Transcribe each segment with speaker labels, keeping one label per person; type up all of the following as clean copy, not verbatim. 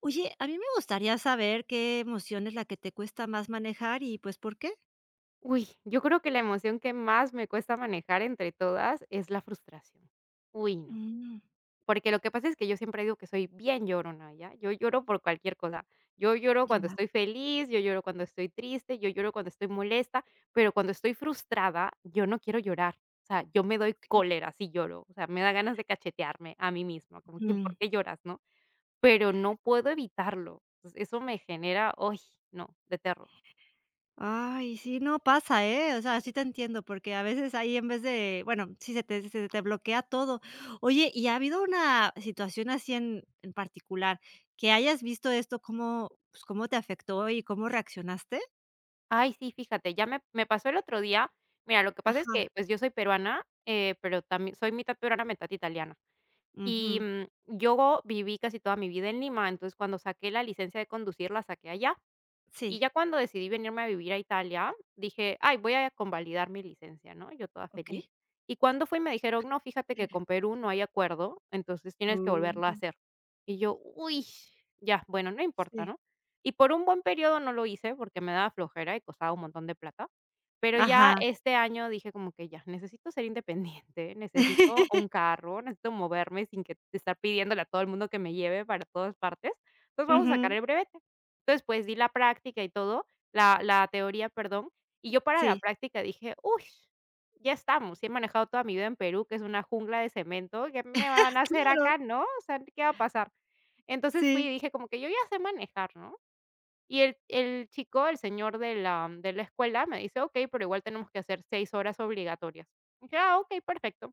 Speaker 1: Oye, a mí me gustaría saber qué emoción es la que te cuesta más manejar y, pues, ¿por qué?
Speaker 2: Uy, yo creo que la emoción que más me cuesta manejar entre todas es la frustración. Uy, no.
Speaker 1: Mm,
Speaker 2: Porque lo que pasa es que yo siempre digo que soy bien llorona, ¿ya? Yo lloro por cualquier cosa. Yo lloro cuando
Speaker 1: ya,
Speaker 2: estoy feliz, yo lloro cuando estoy triste, yo lloro cuando estoy molesta, pero cuando estoy frustrada, yo no quiero llorar. O sea, yo me doy
Speaker 1: okey.
Speaker 2: cólera si lloro. O sea, me da ganas de cachetearme a mí misma, como que, ¿por
Speaker 1: Mm.
Speaker 2: qué lloras, no? Pero no puedo evitarlo. Entonces, eso me genera, uy, no, de terror.
Speaker 1: Ay, sí, no, pasa, ¿eh? O sea, sí te entiendo, porque a veces ahí en vez de bueno, sí se te bloquea todo. Oye, ¿y ha habido una situación así en particular que hayas visto esto, cómo, pues, cómo te afectó y cómo reaccionaste?
Speaker 2: Ay, sí, fíjate, ya me pasó el otro día. Mira, lo que pasa es
Speaker 1: Ajá,
Speaker 2: que, pues, yo soy peruana, pero también soy mitad peruana, mitad italiana. Y,
Speaker 1: ujú,
Speaker 2: yo viví casi toda mi vida en Lima, entonces, cuando saqué la licencia de conducir, la saqué allá. Y
Speaker 1: sí,
Speaker 2: ya cuando decidí venirme a vivir a Italia, dije: "Ay, voy a convalidar mi licencia", ¿no? Yo toda feliz.
Speaker 1: okey.
Speaker 2: Y cuando fui, me dijeron: "No, fíjate que con Perú no hay acuerdo, entonces tienes que volverlo a
Speaker 1: Uh,
Speaker 2: hacer". Y yo: "Uy, ya, bueno, no importa",
Speaker 1: sí,
Speaker 2: ¿no? Y por un buen periodo no lo hice porque me daba flojera y costaba un montón de plata, pero ya
Speaker 1: ajá.
Speaker 2: este año dije como que: "Ya, necesito ser independiente, necesito un carro, necesito moverme sin que estar pidiéndole a todo el mundo que me lleve para todas partes, entonces vamos a sacar
Speaker 1: Ujú,
Speaker 2: el brevete". Entonces, pues, di la práctica y todo, la teoría, perdón, y yo para la
Speaker 1: sí.
Speaker 2: práctica dije: uy, ya estamos, si he manejado toda mi vida en Perú, que es una jungla de cemento, ¿qué me van a hacer
Speaker 1: Claro,
Speaker 2: acá, no? O sea, ¿qué va a pasar?". Entonces fui
Speaker 1: sí,
Speaker 2: y dije como que: "Yo ya sé manejar", ¿no? Y el chico, el señor de la escuela me dice: "Okey, pero igual tenemos que hacer 6 horas obligatorias". Dije: "Ah, okey, perfecto".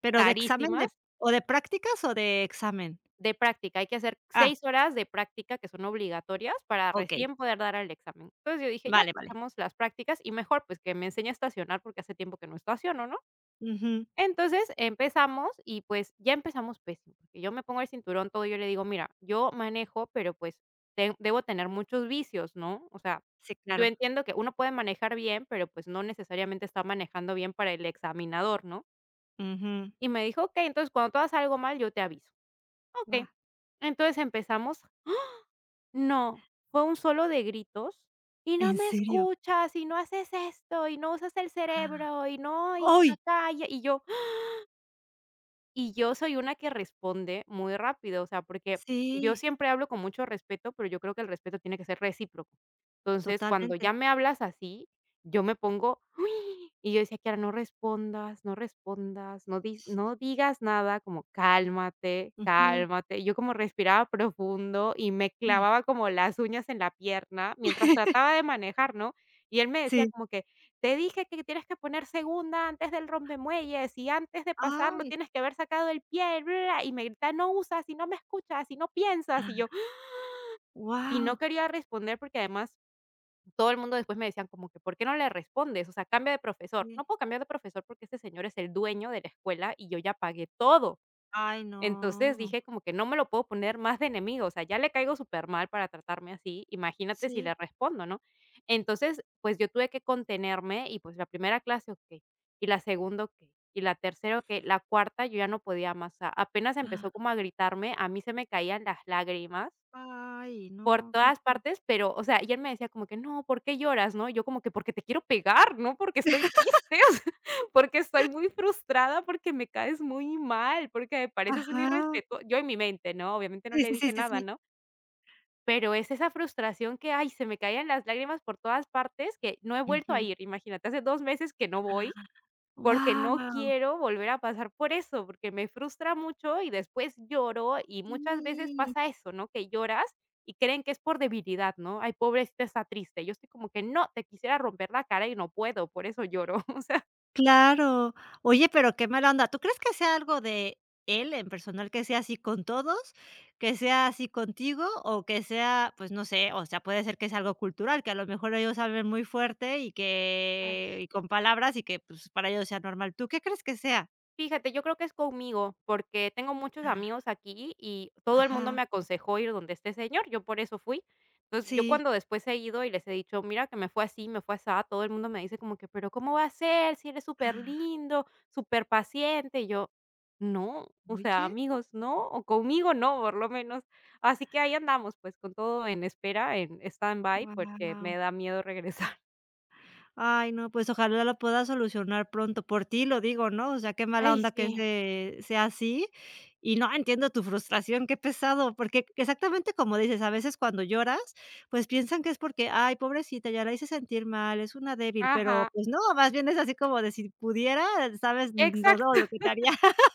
Speaker 1: pero de examen de
Speaker 2: Carísimas.
Speaker 1: ¿o de prácticas o de examen?
Speaker 2: De práctica, hay que hacer
Speaker 1: Ah,
Speaker 2: 6 horas de práctica que son obligatorias para
Speaker 1: okey,
Speaker 2: recién poder dar el examen. Entonces, yo dije: "Ya,
Speaker 1: vale,
Speaker 2: pues,
Speaker 1: vale.
Speaker 2: hagamos las prácticas y mejor, pues, que me enseñe a estacionar, porque hace tiempo que no estaciono", ¿no?
Speaker 1: Ujú,
Speaker 2: Entonces, empezamos y, pues, ya empezamos pésimo, porque yo me pongo el cinturón, todo, y yo le digo: "Mira, yo manejo, pero, pues, ten debo tener muchos vicios", ¿no? O sea,
Speaker 1: sí,
Speaker 2: yo
Speaker 1: claro.
Speaker 2: entiendo que uno puede manejar bien, pero, pues, no necesariamente está manejando bien para el examinador, ¿no?
Speaker 1: Ujú,
Speaker 2: Y me dijo: "Okey, entonces, cuando tú hagas algo mal, yo te aviso".
Speaker 1: guau,
Speaker 2: Okey. Entonces, empezamos no, fue un solo de gritos, "Y no
Speaker 1: ¿en
Speaker 2: me
Speaker 1: serio?
Speaker 2: escuchas, y no haces esto, y no usas el cerebro, y no, y
Speaker 1: ¡Ay!
Speaker 2: acá", y yo soy una que responde muy rápido, o sea, porque yo
Speaker 1: Sí,
Speaker 2: siempre hablo con mucho respeto, pero yo creo que el respeto tiene que ser recíproco. Entonces, cuando
Speaker 1: totalmente.
Speaker 2: ya me hablas así, yo me pongo y yo decía: "Kiara, no respondas, no respondas, no digas nada, como cálmate,
Speaker 1: Ujú.
Speaker 2: cálmate". Yo como respiraba profundo y me clavaba como las uñas en la pierna mientras trataba de manejar, ¿no? Y él me decía
Speaker 1: Sí.
Speaker 2: como que: "Te dije que tienes que poner segunda antes del rompemuelles y antes de pasarlo
Speaker 1: Ay,
Speaker 2: tienes que haber sacado el pie, bla". Bla, y me grita "No usas y no me escuchas y no piensas". Y yo y
Speaker 1: guau.
Speaker 2: no quería responder porque además todo el mundo después me decían como que: "¿Por qué no le respondes? O sea, cambia de profesor".
Speaker 1: Sí.
Speaker 2: No puedo cambiar de profesor porque este señor es el dueño de la escuela y yo ya pagué todo.
Speaker 1: Ay,
Speaker 2: Entonces
Speaker 1: no.
Speaker 2: dije como que no me lo puedo poner más de enemigo, o sea, ya le caigo súper mal para tratarme así, imagínate si
Speaker 1: Sí.
Speaker 2: le respondo, ¿no? Entonces, pues yo tuve que contenerme y pues la primera clase, okey, y la segunda, okey, y la tercera, okey, la cuarta yo ya no podía más, o sea, apenas empezó como a gritarme, a mí se me caían las lágrimas.
Speaker 1: Ay,
Speaker 2: Por
Speaker 1: no, qué
Speaker 2: todas
Speaker 1: feo.
Speaker 2: partes, pero, o sea, y él me decía como que: "No, ¿por qué lloras?", ¿no? Y yo como que: "Porque te quiero pegar, no porque estoy triste, o sea, porque estoy muy frustrada, porque me caes muy mal, porque me pareces un
Speaker 1: Ajá.
Speaker 2: irrespetuo". Yo en mi mente, ¿no? Obviamente no
Speaker 1: Sí,
Speaker 2: le
Speaker 1: sí, sí,
Speaker 2: dije
Speaker 1: sí, sí.
Speaker 2: nada, ¿no? Pero es esa frustración que, ay, se me caían las lágrimas por todas partes, que no he vuelto a
Speaker 1: Ujú.
Speaker 2: ir. Imagínate, hace 2 meses que no voy. Porque no
Speaker 1: Guau,
Speaker 2: quiero volver a pasar por eso, porque me frustra mucho y después lloro, y muchas veces
Speaker 1: sí.
Speaker 2: pasa eso, ¿no? Que lloras y creen que es por debilidad, ¿no? Ay, pobrecita, está triste. Yo estoy como que no, te quisiera romper la cara y no puedo, por eso lloro, o sea.
Speaker 1: Claro. Oye, pero qué mala onda, ¿tú crees que sea algo de él en personal, que sea así con todos, que sea así contigo o que sea, pues, no sé, o sea, puede ser que es algo cultural, que a lo mejor ellos hablen muy fuerte y
Speaker 2: Ay.
Speaker 1: que y con palabras y que, pues, para ellos sea normal? ¿Tú qué crees que sea?
Speaker 2: Fíjate, yo creo que es conmigo, porque tengo muchos amigos aquí y todo el mundo
Speaker 1: Ajá,
Speaker 2: me aconsejó ir donde este señor, yo por eso fui. Entonces, yo
Speaker 1: sí.
Speaker 2: cuando después he ido y les he dicho, mira que me fue así, me fue asá, todo el mundo me dice como que, pero ¿cómo va a ser si eres súper
Speaker 1: Ah,
Speaker 2: lindo, súper paciente? Y yo, no, o sea,
Speaker 1: oye,
Speaker 2: amigos, no, o conmigo no, por lo menos. Así que ahí andamos, pues con todo en espera, en stand-by, porque
Speaker 1: guau.
Speaker 2: me da miedo regresar.
Speaker 1: Ay, no, pues ojalá lo pueda solucionar pronto, por ti lo digo, ¿no? O sea, qué mala
Speaker 2: Ay,
Speaker 1: onda que
Speaker 2: sí,
Speaker 1: se sea así. Y no, entiendo tu frustración, qué pesado, porque exactamente como dices, a veces cuando lloras, pues piensan que es porque, ay, pobrecita, ya la hice sentir mal, es una débil, pero
Speaker 2: ajá,
Speaker 1: pues no, más bien es así como de si pudiera, sabes, todo
Speaker 2: exacto.
Speaker 1: lo que haría.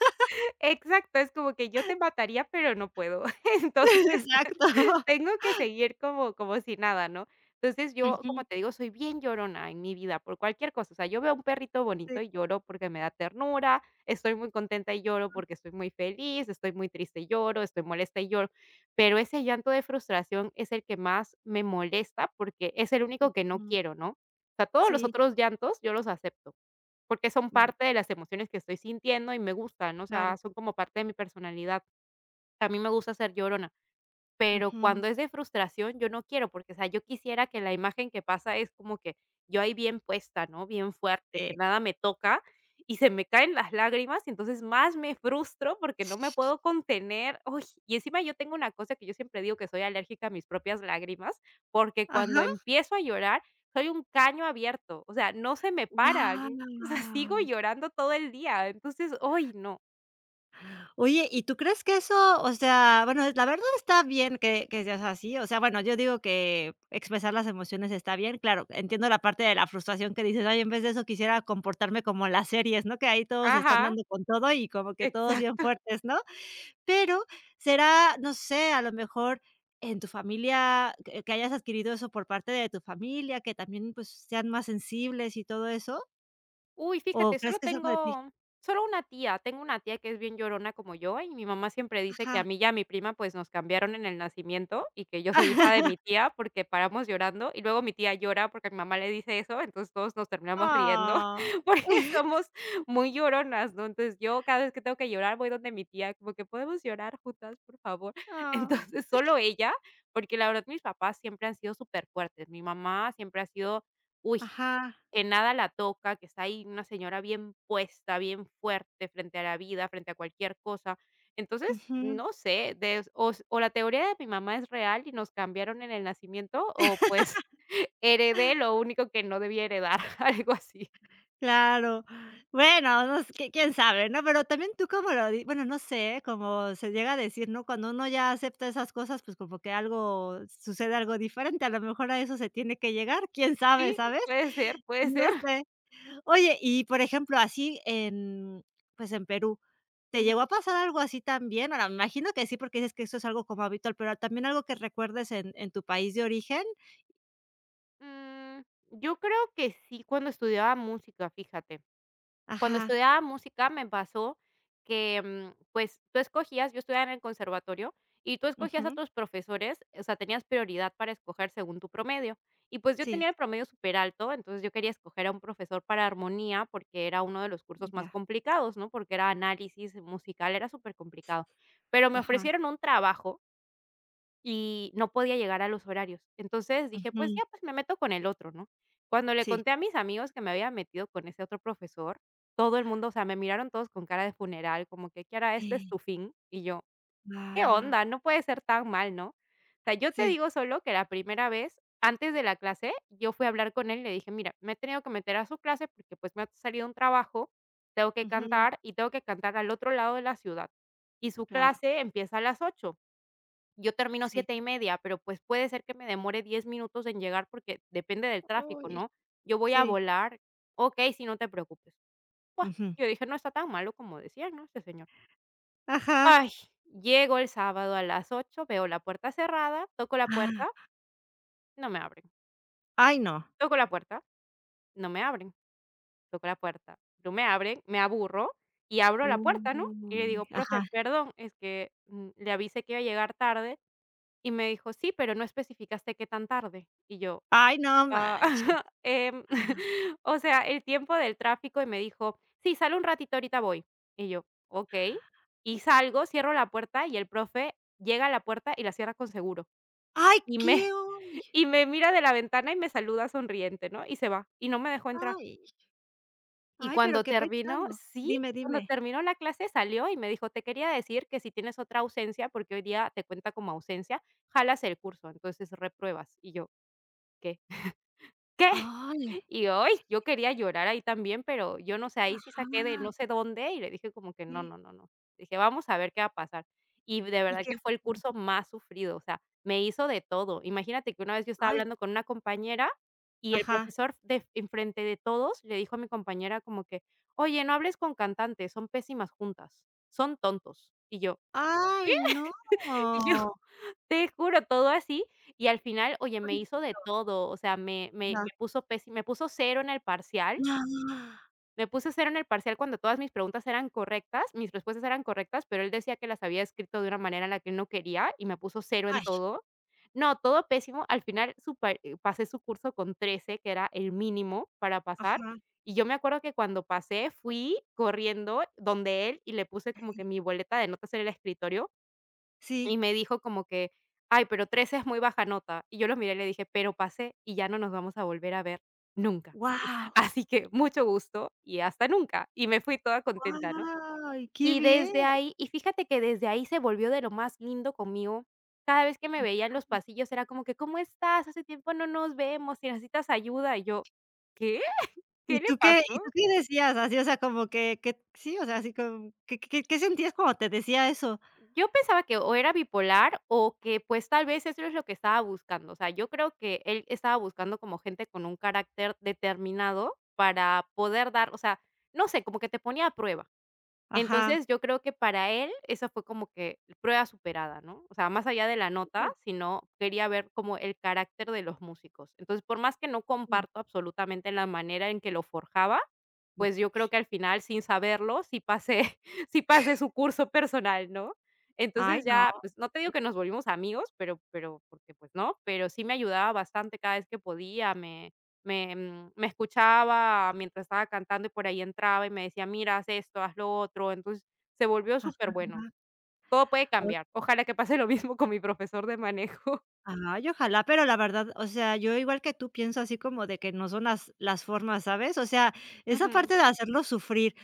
Speaker 2: Exacto, es como que yo te mataría, pero no puedo. Entonces,
Speaker 1: Exacto.
Speaker 2: tengo que seguir como si nada, ¿no? Entonces, yo,
Speaker 1: Ujú.
Speaker 2: como te digo, soy bien llorona en mi vida por cualquier cosa. O sea, yo veo un perrito
Speaker 1: Sí,
Speaker 2: bonito y lloro porque me da ternura, estoy muy contenta y lloro porque estoy muy feliz, estoy muy triste y lloro, estoy molesta y lloro. Pero ese llanto de frustración es el que más me molesta porque es el único que no
Speaker 1: mm,
Speaker 2: quiero, ¿no? O sea, todos los
Speaker 1: sí,
Speaker 2: otros llantos yo los acepto. Porque son
Speaker 1: mm,
Speaker 2: parte de las emociones que estoy sintiendo y me gustan, o
Speaker 1: claro.
Speaker 2: sea, son como parte de mi personalidad. A mí me gusta ser llorona. Pero
Speaker 1: Ujú.
Speaker 2: cuando es de frustración, yo no quiero, porque, o sea, yo quisiera que la imagen que pasa es como que yo ahí bien puesta, ¿no? Bien fuerte, que
Speaker 1: Eh.
Speaker 2: nada me toca y se me caen las lágrimas, y entonces más me frustro porque no me puedo contener. Uy, y encima yo tengo una cosa que yo siempre digo que soy alérgica a mis propias lágrimas, porque cuando
Speaker 1: Ajá.
Speaker 2: empiezo a llorar, soy un caño abierto, o sea, no se me paran, o sea, sigo
Speaker 1: Wow.
Speaker 2: llorando todo el día, entonces, hoy no.
Speaker 1: Oye, ¿y tú crees que eso? O sea, bueno, la verdad está bien que seas así, o sea, bueno, yo digo que expresar las emociones está bien, claro, entiendo la parte de la frustración que dices: "Ay, en vez de eso quisiera comportarme como en las series", ¿no? Que ahí todos están
Speaker 2: Ajá,
Speaker 1: dando con todo y como que todos bien
Speaker 2: exacto.
Speaker 1: fuertes, ¿no? Pero será, no sé, a lo mejor en tu familia, que hayas adquirido eso por parte de tu familia, que también, pues, sean más sensibles y todo eso,
Speaker 2: Uy,
Speaker 1: ¿o
Speaker 2: fíjate,
Speaker 1: crees que es algo de ti?
Speaker 2: solo una tía, tengo una tía que es bien llorona como yo, y mi mamá siempre dice que a
Speaker 1: Ajá.
Speaker 2: mí y a mi prima, pues, nos cambiaron en el nacimiento, y que yo soy hija de mi tía porque paramos llorando, y luego mi tía llora porque mi mamá le dice eso, entonces todos nos terminamos riendo
Speaker 1: Oh.
Speaker 2: porque somos muy lloronas, ¿no? Entonces, yo cada vez que tengo que llorar voy donde mi tía, como que: "¿Podemos llorar juntas, por favor?".
Speaker 1: Ah,
Speaker 2: Entonces, solo ella, porque la verdad mis papás siempre han sido súper fuertes. Mi mamá siempre ha sido, uy
Speaker 1: ajá,
Speaker 2: en nada la toca, que está ahí una señora bien puesta, bien fuerte frente a la vida, frente a cualquier cosa. Entonces,
Speaker 1: ujú,
Speaker 2: no sé, de o s o la teoría de mi mamá es real y nos cambiaron en el nacimiento, o pues heredé lo único que no debía heredar, algo así.
Speaker 1: claro. Bueno, no s qui quién sabe, ¿no? Pero también tú como lo di bueno, no sé, como se llega a decir, ¿no? Cuando uno ya acepta esas cosas, pues como que algo sucede algo diferente, a lo mejor a eso se tiene que llegar, quién sabe,
Speaker 2: Sí,
Speaker 1: ¿sabes?
Speaker 2: puede ser, puede
Speaker 1: No
Speaker 2: ser.
Speaker 1: sé. Oye, y por ejemplo, así en, pues, en Perú, ¿te llegó
Speaker 2: Ujú.
Speaker 1: a pasar algo así también? Ahora, me imagino que sí, porque dices que eso es algo como habitual, pero también algo que recuerdes en tu país de origen.
Speaker 2: Mm, yo creo que sí, cuando estudiaba música, fíjate. Cuando
Speaker 1: Ajá,
Speaker 2: estudiaba música me pasó que, pues, tú escogías yo estudiaba en el conservatorio, y tú escogías a
Speaker 1: ujú,
Speaker 2: tus profesores, o sea, tenías prioridad para escoger según tu promedio. Y, pues, yo tenía
Speaker 1: sí,
Speaker 2: el promedio súper alto, entonces yo quería escoger a un profesor para armonía, porque era uno de los cursos más
Speaker 1: ya,
Speaker 2: complicados, ¿no? Porque era análisis musical, era súper complicado. Pero me
Speaker 1: ajá.
Speaker 2: ofrecieron un trabajo y no podía llegar a los horarios. Entonces dije: "Pues
Speaker 1: Ujú,
Speaker 2: ya, pues me meto con el otro", ¿no? Cuando le
Speaker 1: sí.
Speaker 2: conté a mis amigos que me había metido con ese otro profesor, todo el mundo, o sea, me miraron todos con cara de funeral, como que: "Kiara, este es tu fin". Y yo: "¿Qué
Speaker 1: Guau.
Speaker 2: onda? No puede ser tan mal", ¿no? O sea, yo te
Speaker 1: Sí.
Speaker 2: digo solo que la primera vez, antes de la clase, yo fui a hablar con él y le dije: "Mira, me he tenido que meter a su clase porque, pues, me ha salido un trabajo, tengo que
Speaker 1: Ujú,
Speaker 2: cantar y tengo que cantar al otro lado de la ciudad, y su
Speaker 1: claro,
Speaker 2: clase empieza a las 8, yo termino
Speaker 1: sí.
Speaker 2: 7:30, pero, pues, puede ser que me demore 10 minutos en llegar porque depende del tráfico,
Speaker 1: Uy,
Speaker 2: ¿no? Yo voy a
Speaker 1: sí.
Speaker 2: volar, okey, si no te preocupes". Buah,
Speaker 1: Ujú.
Speaker 2: yo dije: "No está tan malo como decía, ¿no?, este señor".
Speaker 1: Ajá.
Speaker 2: Ay, llego el sábado a las 8, veo la puerta cerrada, toco la
Speaker 1: Ah,
Speaker 2: puerta, no me abren.
Speaker 1: ay, no.
Speaker 2: Toco la puerta, no me abren. Toco la puerta, no me abren, me aburro y abro la puerta, ¿no? Y le digo:
Speaker 1: Uy, ajá.
Speaker 2: "Profe, perdón, es que, le avisé que iba a llegar tarde", y me dijo: "Sí, pero no especificaste qué tan tarde". Y yo:
Speaker 1: Ay, no
Speaker 2: Ah,
Speaker 1: manches.
Speaker 2: em, o sea, el tiempo del tráfico. Y me dijo: "Sí, sale un ratito, ahorita voy". Y yo: "Okey". Y salgo, cierro la puerta, y el profe llega a la puerta y la cierra con seguro.
Speaker 1: Ay,
Speaker 2: Y
Speaker 1: ¿qué?
Speaker 2: me
Speaker 1: Uy,
Speaker 2: y me mira de la ventana y me saluda sonriente, ¿no? Y se va, y no me dejó entrar.
Speaker 1: ay,
Speaker 2: Y
Speaker 1: ay, pero
Speaker 2: cuando
Speaker 1: qué
Speaker 2: terminó
Speaker 1: pesado.
Speaker 2: sí,
Speaker 1: Dime,
Speaker 2: cuando
Speaker 1: dime.
Speaker 2: terminó la clase salió y me dijo: "Te quería decir que si tienes otra ausencia, porque hoy día te cuenta como ausencia, jalas el curso, entonces repruebas". Y yo: "¿Qué? ¿Qué?".
Speaker 1: Ay,
Speaker 2: Y hoy yo quería llorar ahí también, pero yo no sé, ahí sí saqué de
Speaker 1: ajá,
Speaker 2: no sé dónde y le dije como que: "No,
Speaker 1: sí.
Speaker 2: no, no, no". Dije: "Vamos a ver qué va a pasar". Y de
Speaker 1: ¿Y
Speaker 2: verdad que
Speaker 1: qué?
Speaker 2: fue el curso más sufrido, o sea, me hizo de todo. Imagínate que una vez yo estaba
Speaker 1: Ay,
Speaker 2: hablando con una compañera y el
Speaker 1: ajá.
Speaker 2: profesor de enfrente de todos le dijo a mi compañera como que: "Oye, no hables con cantantes, son pésimas juntas, son tontos". Y yo
Speaker 1: Ay, no.
Speaker 2: y yo te juro, todo así. Y al final, oye, me hizo de
Speaker 1: Pobrecito.
Speaker 2: todo, o sea, me me
Speaker 1: Ajá.
Speaker 2: me puso pési me puso 0 en el parcial.
Speaker 1: Ah,
Speaker 2: Me puse 0 en el parcial cuando todas mis preguntas eran correctas, mis respuestas eran correctas, pero él decía que las había escrito de una manera en la que él no quería y me puso 0 en
Speaker 1: ay,
Speaker 2: todo. No, todo pésimo. Al final super pasé su curso con 13, que era el mínimo para pasar.
Speaker 1: ajá.
Speaker 2: Y yo me acuerdo que cuando pasé fui corriendo donde él y le puse como que mi boleta de notas en el escritorio, y
Speaker 1: Sí.
Speaker 2: me dijo como que: "Ay, pero 13 es muy baja nota". Y yo lo miré y le dije: "Pero pasé y ya no nos vamos a volver a ver nunca".
Speaker 1: Guau.
Speaker 2: Así que mucho gusto y hasta nunca. Y me fui toda contenta, ¿no?
Speaker 1: Guau, qué
Speaker 2: Y desde
Speaker 1: bien.
Speaker 2: ahí, y fíjate que desde ahí se volvió de lo más lindo conmigo. Cada vez que me veía en los pasillos era como que: "¿Cómo estás? Hace tiempo no nos vemos, si necesitas ayuda". Y yo: "¿Qué? ¿Qué
Speaker 1: ¿Y
Speaker 2: le
Speaker 1: tú qué y tú
Speaker 2: pasó?".
Speaker 1: qué decías? Así, o sea, como que sí, o sea, así como, ¿qué sentías cuando te decía eso?
Speaker 2: Yo pensaba que o era bipolar o que, pues, tal vez eso es lo que estaba buscando. O sea, yo creo que él estaba buscando como gente con un carácter determinado para poder dar, o sea, no sé, como que te ponía a prueba.
Speaker 1: Ajá.
Speaker 2: Entonces, yo creo que para él esa fue como que prueba superada, ¿no? O sea, más allá de la nota, sino quería ver como el carácter de los músicos. Entonces, por más que no comparto absolutamente la manera en que lo forjaba, pues yo creo que al final, sin saberlo, sí pasé sí pasé su curso personal, ¿no?
Speaker 1: Ay,
Speaker 2: Entonces
Speaker 1: no.
Speaker 2: ya, pues, no te digo que nos volvimos amigos, pero porque, pues, no, pero sí me ayudaba bastante cada vez que podía, me escuchaba mientras estaba cantando y por ahí entraba y me decía, mira, haz esto, haz lo otro. Entonces se volvió súper
Speaker 1: Ajá.
Speaker 2: bueno. Todo puede
Speaker 1: O
Speaker 2: cambiar. Ojalá que pase lo mismo con mi profesor de manejo.
Speaker 1: ay, ojalá, pero la verdad, o sea, yo igual que tú pienso así como de que no son las formas, ¿sabes? O sea, esa
Speaker 2: Ujú.
Speaker 1: parte de hacerlo sufrir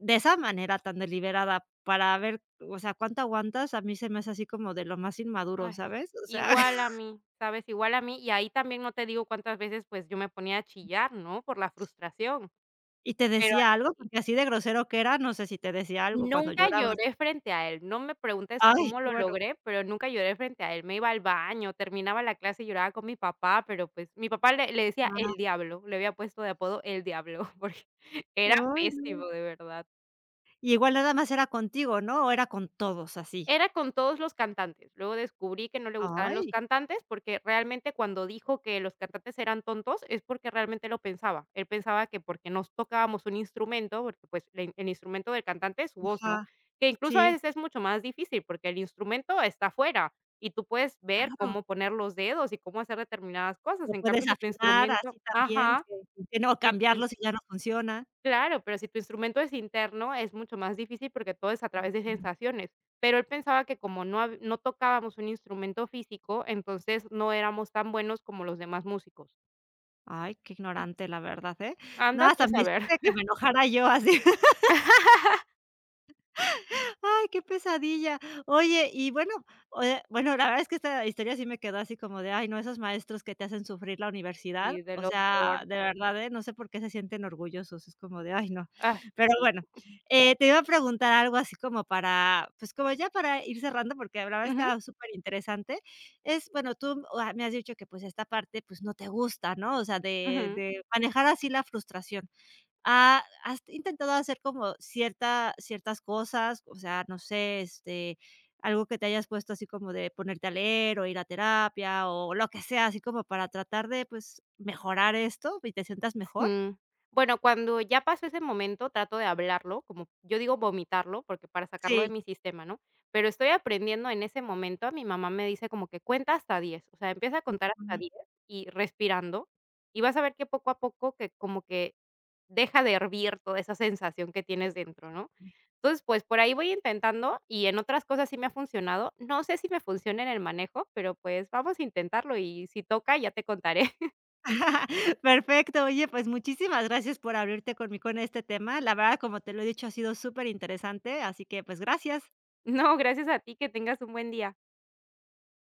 Speaker 1: de esa manera tan deliberada para ver, o sea, cuánto aguantas, a mí se me hace así como de lo más inmaduro,
Speaker 2: Ay,
Speaker 1: ¿sabes? O sea.
Speaker 2: igual a mí, ¿sabes? Igual a mí. Y ahí también no te digo cuántas veces pues yo me ponía a chillar, ¿no? Por la frustración.
Speaker 1: ¿Y te
Speaker 2: Pero
Speaker 1: decía algo? Porque así de grosero que era, no sé si te decía algo cuando
Speaker 2: nunca
Speaker 1: llorabas.
Speaker 2: lloré frente a él, no me preguntes
Speaker 1: Ay,
Speaker 2: cómo
Speaker 1: qué
Speaker 2: lo
Speaker 1: bueno.
Speaker 2: logré, pero nunca lloré frente a él. Me iba al baño, terminaba la clase y lloraba con mi papá, pero, pues, mi papá le decía
Speaker 1: Ah,
Speaker 2: el diablo, le había puesto de apodo el diablo, porque era
Speaker 1: ay,
Speaker 2: pésimo,
Speaker 1: no.
Speaker 2: de verdad.
Speaker 1: Y igual nada más era contigo, ¿no? ¿O era con todos así?
Speaker 2: Era con todos los cantantes. Luego descubrí que no le gustaban los
Speaker 1: Ay,
Speaker 2: cantantes, porque realmente cuando dijo que los cantantes eran tontos, es porque realmente lo pensaba. Él pensaba que porque nos tocábamos un instrumento, porque, pues, el instrumento del cantante es su voz, ¿no?
Speaker 1: ajá,
Speaker 2: Que incluso a
Speaker 1: sí,
Speaker 2: veces es mucho más difícil, porque el instrumento está afuera y tú puedes ver
Speaker 1: claro.
Speaker 2: cómo poner los dedos y cómo hacer determinadas cosas.
Speaker 1: Lo
Speaker 2: En cambio,
Speaker 1: puedes
Speaker 2: si tu
Speaker 1: afinar
Speaker 2: instrumento,
Speaker 1: así también,
Speaker 2: ajá,
Speaker 1: que no
Speaker 2: si tu
Speaker 1: cambiarlo si ya no funciona.
Speaker 2: claro, pero si tu instrumento es interno, es mucho más difícil porque todo es a través de sensaciones. Pero él pensaba que como no, no tocábamos un instrumento físico, entonces no éramos tan buenos como los demás músicos.
Speaker 1: Ay, qué
Speaker 2: Mm.
Speaker 1: ignorante, la verdad, ¿eh? No,
Speaker 2: Anda tú
Speaker 1: hasta
Speaker 2: a
Speaker 1: me
Speaker 2: saber.
Speaker 1: hiciste que me enojara yo así. Ay, qué pesadilla. Oye, y bueno, oye, bueno, la verdad es que esta historia sí me quedó así como de, ay, no, esos maestros que te hacen sufrir la universidad,
Speaker 2: Y de
Speaker 1: o
Speaker 2: lo
Speaker 1: sea,
Speaker 2: peor.
Speaker 1: de verdad, ¿eh? No sé por qué se sienten orgullosos, es como de, ay, no.
Speaker 2: Ay,
Speaker 1: Pero
Speaker 2: sí.
Speaker 1: bueno, te iba a preguntar algo así como para, pues como ya para ir cerrando, porque la verdad es que
Speaker 2: Ujú,
Speaker 1: está súper interesante. Es, bueno, tú me has dicho que pues esta parte pues no te gusta, ¿no? O sea, de,
Speaker 2: ujú.
Speaker 1: de manejar así la frustración. Ah, ¿has intentado hacer como ciertas cosas? O sea, no sé, este, algo que te hayas puesto así como de ponerte a leer, o ir a terapia, o lo que sea, así como para tratar de, pues, mejorar esto y te sientas mejor.
Speaker 2: Sí. Bueno, cuando ya pasó ese momento, trato de hablarlo, como yo digo vomitarlo, porque para sacarlo de
Speaker 1: Sí.
Speaker 2: mi sistema, ¿no? Pero estoy aprendiendo en ese momento, mi mamá me dice como que cuenta hasta 10, o sea, empieza a contar hasta
Speaker 1: Mm.
Speaker 2: 10 y respirando, y vas a ver que poco a poco que como que deja de hervir toda esa sensación que tienes dentro, ¿no? Entonces, pues por ahí voy intentando y en otras cosas sí me ha funcionado. No sé si me funciona en el manejo, pero pues vamos a intentarlo y si toca ya te contaré.
Speaker 1: Perfecto. Oye, pues, muchísimas gracias por abrirte conmigo en este tema. La verdad, como te lo he dicho, ha sido súper interesante. Así que, pues, gracias.
Speaker 2: No, gracias a ti, que tengas un buen día.